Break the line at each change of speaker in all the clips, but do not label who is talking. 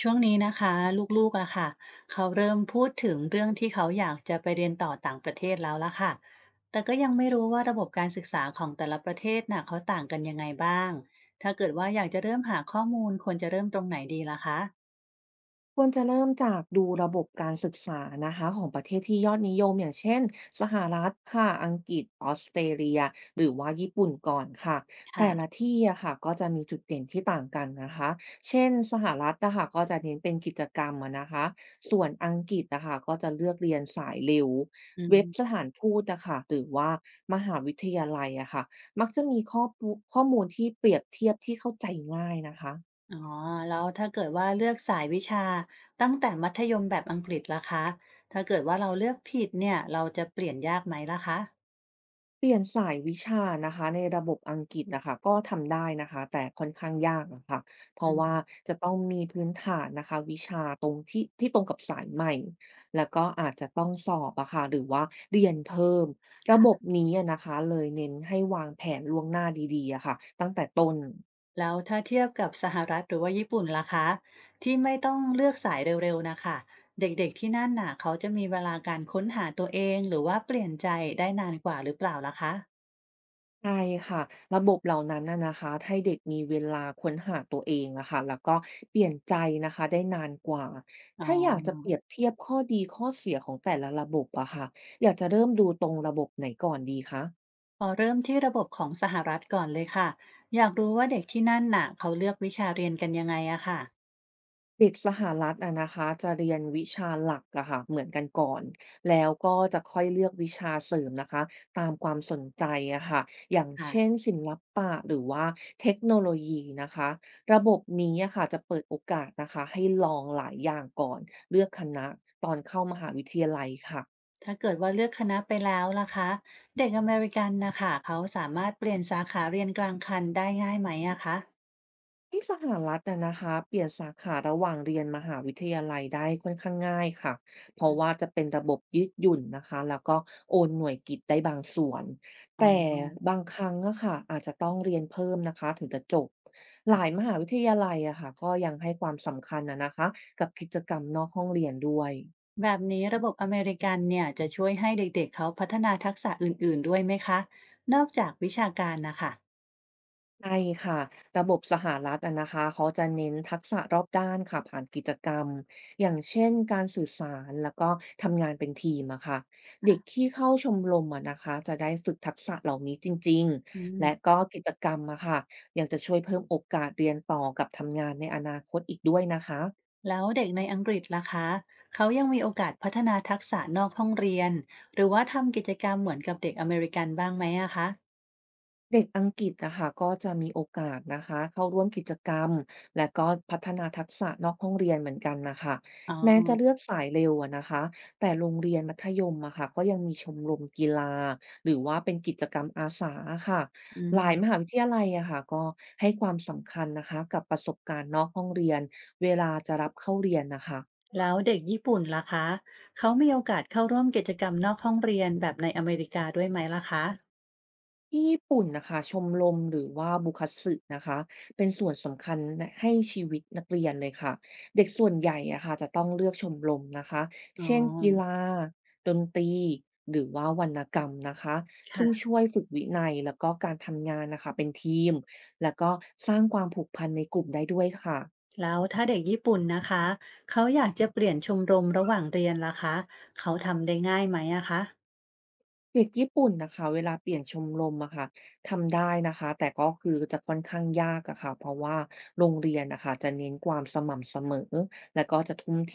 ช่วงนี้นะคะลูกๆอะค่ะเขาเริ่มพูดถึงเรื่องที่เขาอยากจะไปเรียนต่อต่างประเทศแล้วละค่ะแต่ก็ยังไม่รู้ว่าระบบการศึกษาของแต่ละประเทศน่ะเขาต่างกันยังไงบ้างถ้าเกิดว่าอยากจะเริ่มหาข้อมูลควรจะเริ่มตรงไหนดีล่ะคะ
ควรจะเริ่มจากดูระบบการศึกษานะคะของประเทศที่ยอดนิยมอย่างเช่นสหรัฐค่ะอังกฤษออสเตรเลียหรือว่าญี่ปุ่นก่อนค่ะ
ค่ะ
แต่ละที่อะค่ะก็จะมีจุดเด่นที่ต่างกันนะคะเช่นสหรัฐนะคะก็จะเน้นเป็นกิจกรรมอะนะคะส่วนอังกฤษนะคะก็จะเลือกเรียนสายเร็ว
อืม
เว็บสถานทูตนะคะหรือว่ามหาวิทยาลัยอะค่ะมักจะมีข้อมูลที่เปรียบเทียบที่เข้าใจง่ายนะคะ
อ๋อแล้วถ้าเกิดว่าเลือกสายวิชาตั้งแต่มัธยมแบบอังกฤษล่ะคะถ้าเกิดว่าเราเลือกผิดเนี่ยเราจะเปลี่ยนยากไหมล่ะคะ
เปลี่ยนสายวิชานะคะในระบบอังกฤษนะคะก็ทำได้นะคะแต่ค่อนข้างยากนะคะเพราะ
อื
ว่า
ม
จะต้องมีพื้นฐานนะคะวิชาตรงที่ตรงกับสายใหม่แล้วก็อาจจะต้องสอบอะค่ะหรือว่าเรียนเพิ่มระบบ
ค่ะ
นี้อะนะคะเลยเน้นให้วางแผนล่วงหน้าดีๆอะค่ะตั้งแต่ต้น
แล้วถ้าเทียบกับสหรัฐหรือว่าญี่ปุ่นล่ะคะที่ไม่ต้องเลือกสายเร็วๆนะคะเด็กๆที่นั่นน่ะเขาจะมีเวลาการค้นหาตัวเองหรือว่าเปลี่ยนใจได้นานกว่าหรือเปล่าล่ะคะ
ใช่ค่ะระบบเหล่านั้นน่ะนะคะให้เด็กมีเวลาค้นหาตัวเองนะคะแล้วก็เปลี่ยนใจนะคะได้นานกว่า
อ๋อ
ถ้าอยากจะเปรียบเทียบข้อดีข้อเสียของแต่ละระบบอะค่ะอยากจะเริ่มดูตรงระบบไหนก่อนดีคะ
พอเริ่มที่ระบบของสหรัฐก่อนเลยค่ะอยากรู้ว่าเด็กที่นั่นน่ะเขาเลือกวิชาเรียนกันยังไงอะค่ะ
เด็กสหรัฐอะนะคะจะเรียนวิชาหลักอะค่ะเหมือนกันก่อนแล้วก็จะค่อยเลือกวิชาเสริมนะคะตามความสนใจอะค่ะอย่าง
ค่ะ
เช่นศิลปะหรือว่าเทคโนโลยีนะคะระบบนี้อะค่ะจะเปิดโอกาสนะคะให้ลองหลายอย่างก่อนเลือกคณะตอนเข้ามหาวิทยาลัยค่ะ
ถ้าเกิดว่าเลือกคณะไปแล้วล่ะคะเด็กอเมริกันนะคะเขาสามารถเปลี่ยนสาขาเรียนกลางคันได้ง่ายไหมอะคะ
ที่สหรัฐอะนะคะเปลี่ยนสาขาระหว่างเรียนมหาวิทยาลัยได้ค่อนข้างง่ายค่ะเพราะว่าจะเป็นระบบยืดหยุ่นนะคะแล้วก็โอนหน่วยกิตได้บางส่วน
อ๋อ
แต่บางครั้งอะค่ะอาจจะต้องเรียนเพิ่มนะคะถึงจะจบหลายมหาวิทยาลัยอะค่ะก็ยังให้ความสำคัญอะนะคะกับกิจกรรมนอกห้องเรียนด้วย
แบบนี้ระบบอเมริกันเนี่ยจะช่วยให้เด็กๆเขาพัฒนาทักษะอื่นๆด้วยไหมคะ นอกจากวิชาการนะคะ
ใช่ค่ะระบบสหรัฐอะนะคะเขาจะเน้นทักษะรอบด้านค่ะผ่านกิจกรรมอย่างเช่นการสื่อสารแล้วก็ทำงานเป็นทีมอะค่ะเด็กที่เข้าชมรมอะนะคะจะได้ฝึกทักษะเหล่านี้จริง
อื
ๆ
ม
และก็กิจกรรมอะค่ะยังจะช่วยเพิ่มโอกาสเรียนต่อกับทำงานในอนาคตอีกด้วยนะคะ
แล้วเด็กในอังกฤษล่ะคะเขายังมีโอกาสพัฒนาทักษะนอกห้องเรียนหรือว่าทำกิจกรรมเหมือนกับเด็กอเมริกันบ้างไหมอะคะ
เด็กอังกฤษนะคะก็จะมีโอกาสนะคะเข้าร่วมกิจกรรมและก็พัฒนาทักษะนอกห้องเรียนเหมือนกันนะคะ
อ๋อ
แม้จะเลือกสายเร็วอะนะคะแต่โรงเรียนมัธยมอะค่ะก็ยังมีชมรมกีฬาหรือว่าเป็นกิจกรรมอาสาค่ะ
อื
หลายมหา
ม
วิทยาลัยอะค่ะก็ให้ความสำคัญนะคะกับประสบการณ์นอกห้องเรียนเวลาจะรับเข้าเรียนนะคะ
แล้วเด็กญี่ปุ่นล่ะคะเขามีโอกาสเข้าร่วมกิจกรรมนอกห้องเรียนแบบในอเมริกาด้วยไหมล่ะคะ
ที่ญี่ปุ่นนะคะชมรมหรือว่าบุคัตสึนะคะเป็นส่วนสำคัญให้ชีวิตนักเรียนเลยค่ะเด็กส่วนใหญ่อะค่ะจะต้องเลือกชมรมนะคะ
อ๋อ
เช่นกีฬาดนตรีหรือว่าวรรณกรรมนะคะซึ่ง
ค่ะ
ช่วยฝึกวินัยแล้วก็การทำงานนะคะเป็นทีมแล้วก็สร้างความผูกพันในกลุ่มได้ด้วยค่ะ
แล้วถ้าเด็กญี่ปุ่นนะคะเขาอยากจะเปลี่ยนชมรมระหว่างเรียนล่ะคะเขาทำได้ง่ายไหมอะคะ
เด็กญี่ปุ่นนะคะเวลาเปลี่ยนชมรมอะค่ะทำได้นะคะแต่ก็คือจะค่อนข้างยากอะค่ะเพราะว่าโรงเรียนนะคะจะเน้นความสม่ำเสมอและก็จะทุ่มเท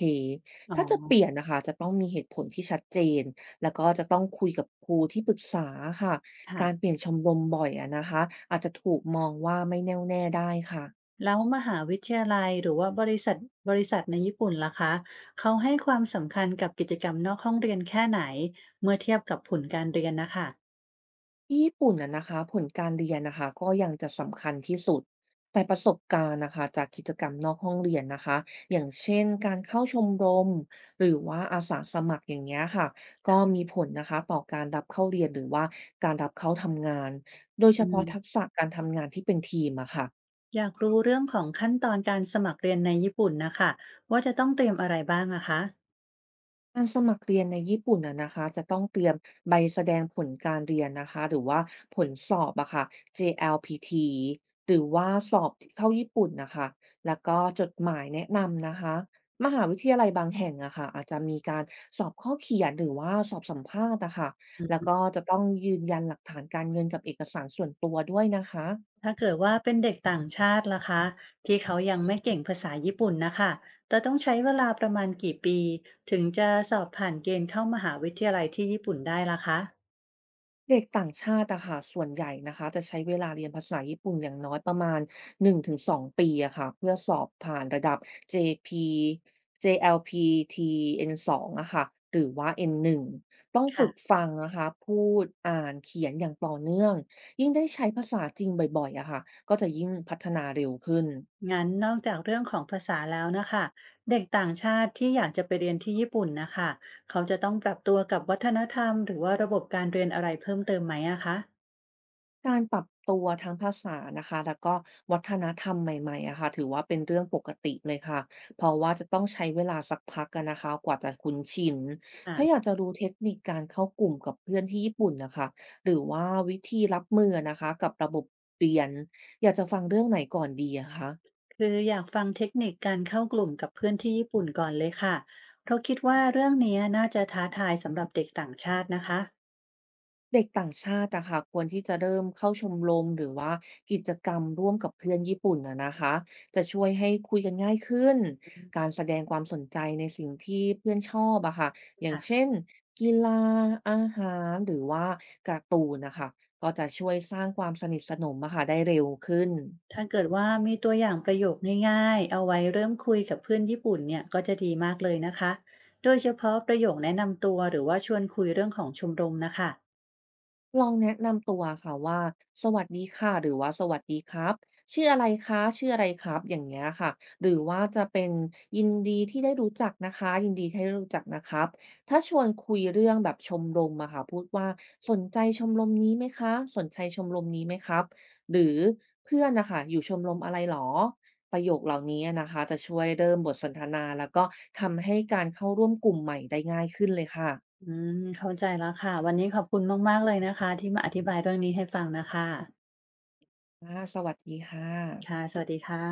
อ๋อ
ถ้าจะเปลี่ยนนะคะจะต้องมีเหตุผลที่ชัดเจนแล้วก็จะต้องคุยกับครูที่ปรึกษาค่ะการเป
ค่ะ
ลี่ยนชมรมบ่อยอะนะคะอาจจะถูกมองว่าไม่แน่วแน่ได้ค่ะ
แล้วมหาวิทยาลัยหรือว่าบริษัทในญี่ปุ่นล่ะคะเขาให้ความสำคัญกับกิจกรรมนอกห้องเรียนแค่ไหนเมื่อเทียบกับผลการเรียนนะคะ
ที่ญี่ปุ่นน่ะนะคะผลการเรียนนะคะก็ยังจะสำคัญที่สุดแต่ประสบการณ์นะคะจากกิจกรรมนอกห้องเรียนนะคะอย่างเช่นการเข้าชมรมหรือว่าอาสาสมัครอย่างเงี้ยค่ะก็มีผลนะคะต่อการรับเข้าเรียนหรือว่าการรับเข้าทำงานโดยเฉ
อื
พาะ
ม
ทักษะการทำงานที่เป็นทีมอะค่ะ
อยากรู้เรื่องของขั้นตอนการสมัครเรียนในญี่ปุ่นนะคะว่าจะต้องเตรียมอะไรบ้างอะคะ
การสมัครเรียนในญี่ปุ่นอะนะคะจะต้องเตรียมใบแสดงผลการเรียนนะคะหรือว่าผลสอบอะค่ะ JLPT หรือว่าสอบเข้าญี่ปุ่นนะคะแล้วก็จดหมายแนะนำนะคะมหาวิทยาลัยบางแห่งอะค่ะอาจจะมีการสอบข้อเขียนหรือว่าสอบสัมภาษณ์อะค่ะแล้วก็จะต้องยืนยันหลักฐานการเงินกับเอกสารส่วนตัวด้วยนะคะ
ถ้าเกิดว่าเป็นเด็กต่างชาติล่ะคะที่เขายังไม่เก่งภาษาญี่ปุ่นนะคะจะต้องใช้เวลาประมาณกี่ปีถึงจะสอบผ่านเกณฑ์เข้ามหาวิทยาลัยที่ญี่ปุ่นได้ล่ะคะ
เด็กต่างชาติอะค่ะส่วนใหญ่นะคะจะใช้เวลาเรียนภาษาญี่ปุ่นอย่างน้อยประมาณ1-2ปีอะค่ะเพื่อสอบผ่านระดับ JP JLPT-N2 อลพีทีเอ็นสองอะค่ะหรือว่า N1 ต้องฝึ
ค่ะ
กฟังนะคะพูดอ่านเขียนอย่างต่อเนื่องยิ่งได้ใช้ภาษาจริงบ่อยๆอะค่ะก็จะยิ่งพัฒนาเร็วขึ้น
งั้นนอกจากเรื่องของภาษาแล้วนะคะเด็กต่างชาติที่อยากจะไปเรียนที่ญี่ปุ่นนะคะเขาจะต้องปรับตัวกับวัฒนธรรมหรือว่าระบบการเรียนอะไรเพิ่มเติมไหมอะคะ
การปรับตัวทั้งภาษานะคะแล้วก็วัฒนธรรมใหม่ๆอะค่ะถือว่าเป็นเรื่องปกติเลยค่ะเพราะว่าจะต้องใช้เวลาสักพักกันนะคะกว่าจะคุ้นชิน
อ่า
ถ้าอยากจะรู้เทคนิคการเข้ากลุ่มกับเพื่อนที่ญี่ปุ่นนะคะหรือว่าวิธีรับมืออนะคะกับระบบเรียนอยากจะฟังเรื่องไหนก่อนดีอะคะ
คืออยากฟังเทคนิคการเข้ากลุ่มกับเพื่อนที่ญี่ปุ่นก่อนเลยค่ะเพราะคิดว่าเรื่องนี้น่าจะท้าทายสำหรับเด็กต่างชาตินะคะ
เด็กต่างชาติอะค่ะควรที่จะเริ่มเข้าชมรมหรือว่ากิจกรรมร่วมกับเพื่อนญี่ปุ่นอะนะคะจะช่วยให้คุยกันง่ายขึ้น
อืม
การแสดงความสนใจในสิ่งที่เพื่อนชอบอะค่ะอย่าง
ค่ะ
เช่นกีฬาอาหารหรือว่าการ์ตูนนะคะก็จะช่วยสร้างความสนิทสนมอะค่ะได้เร็วขึ้น
ถ้าเกิดว่ามีตัวอย่างประโยคง่ายๆเอาไว้เริ่มคุยกับเพื่อนญี่ปุ่นเนี่ยก็จะดีมากเลยนะคะ โดยเฉพาะประโยคแนะนำตัวหรือว่าชวนคุยเรื่องของชมรมนะคะ
ลองแนะนำตัวค่ะว่าสวัสดีค่ะหรือว่าสวัสดีครับชื่ออะไรคะชื่ออะไรครับอย่างเงี้ยค่ะหรือว่าจะเป็นยินดีที่ได้รู้จักนะคะยินดีที่ได้รู้จักนะครับถ้าชวนคุยเรื่องแบบชมรมอะค่ะพูดว่าสนใจชมรมนี้ไหมคะสนใจชมรมนี้ไหมครับหรือเพื่อนนะค่ะอยู่ชมรมอะไรเหรอประโยคเหล่านี้นะคะจะช่วยเริ่มบทสนทนาแล้วก็ทำให้การเข้าร่วมกลุ่มใหม่ได้ง่ายขึ้นเลยค่ะ
อืมเข้าใจแล้วค่ะวันนี้ขอบคุณมากๆเลยนะคะที่มาอธิบายเรื่องนี้ให้ฟังนะคะ
อาสวัสดีค่ะ
ค่ะสวัสดีค่ะ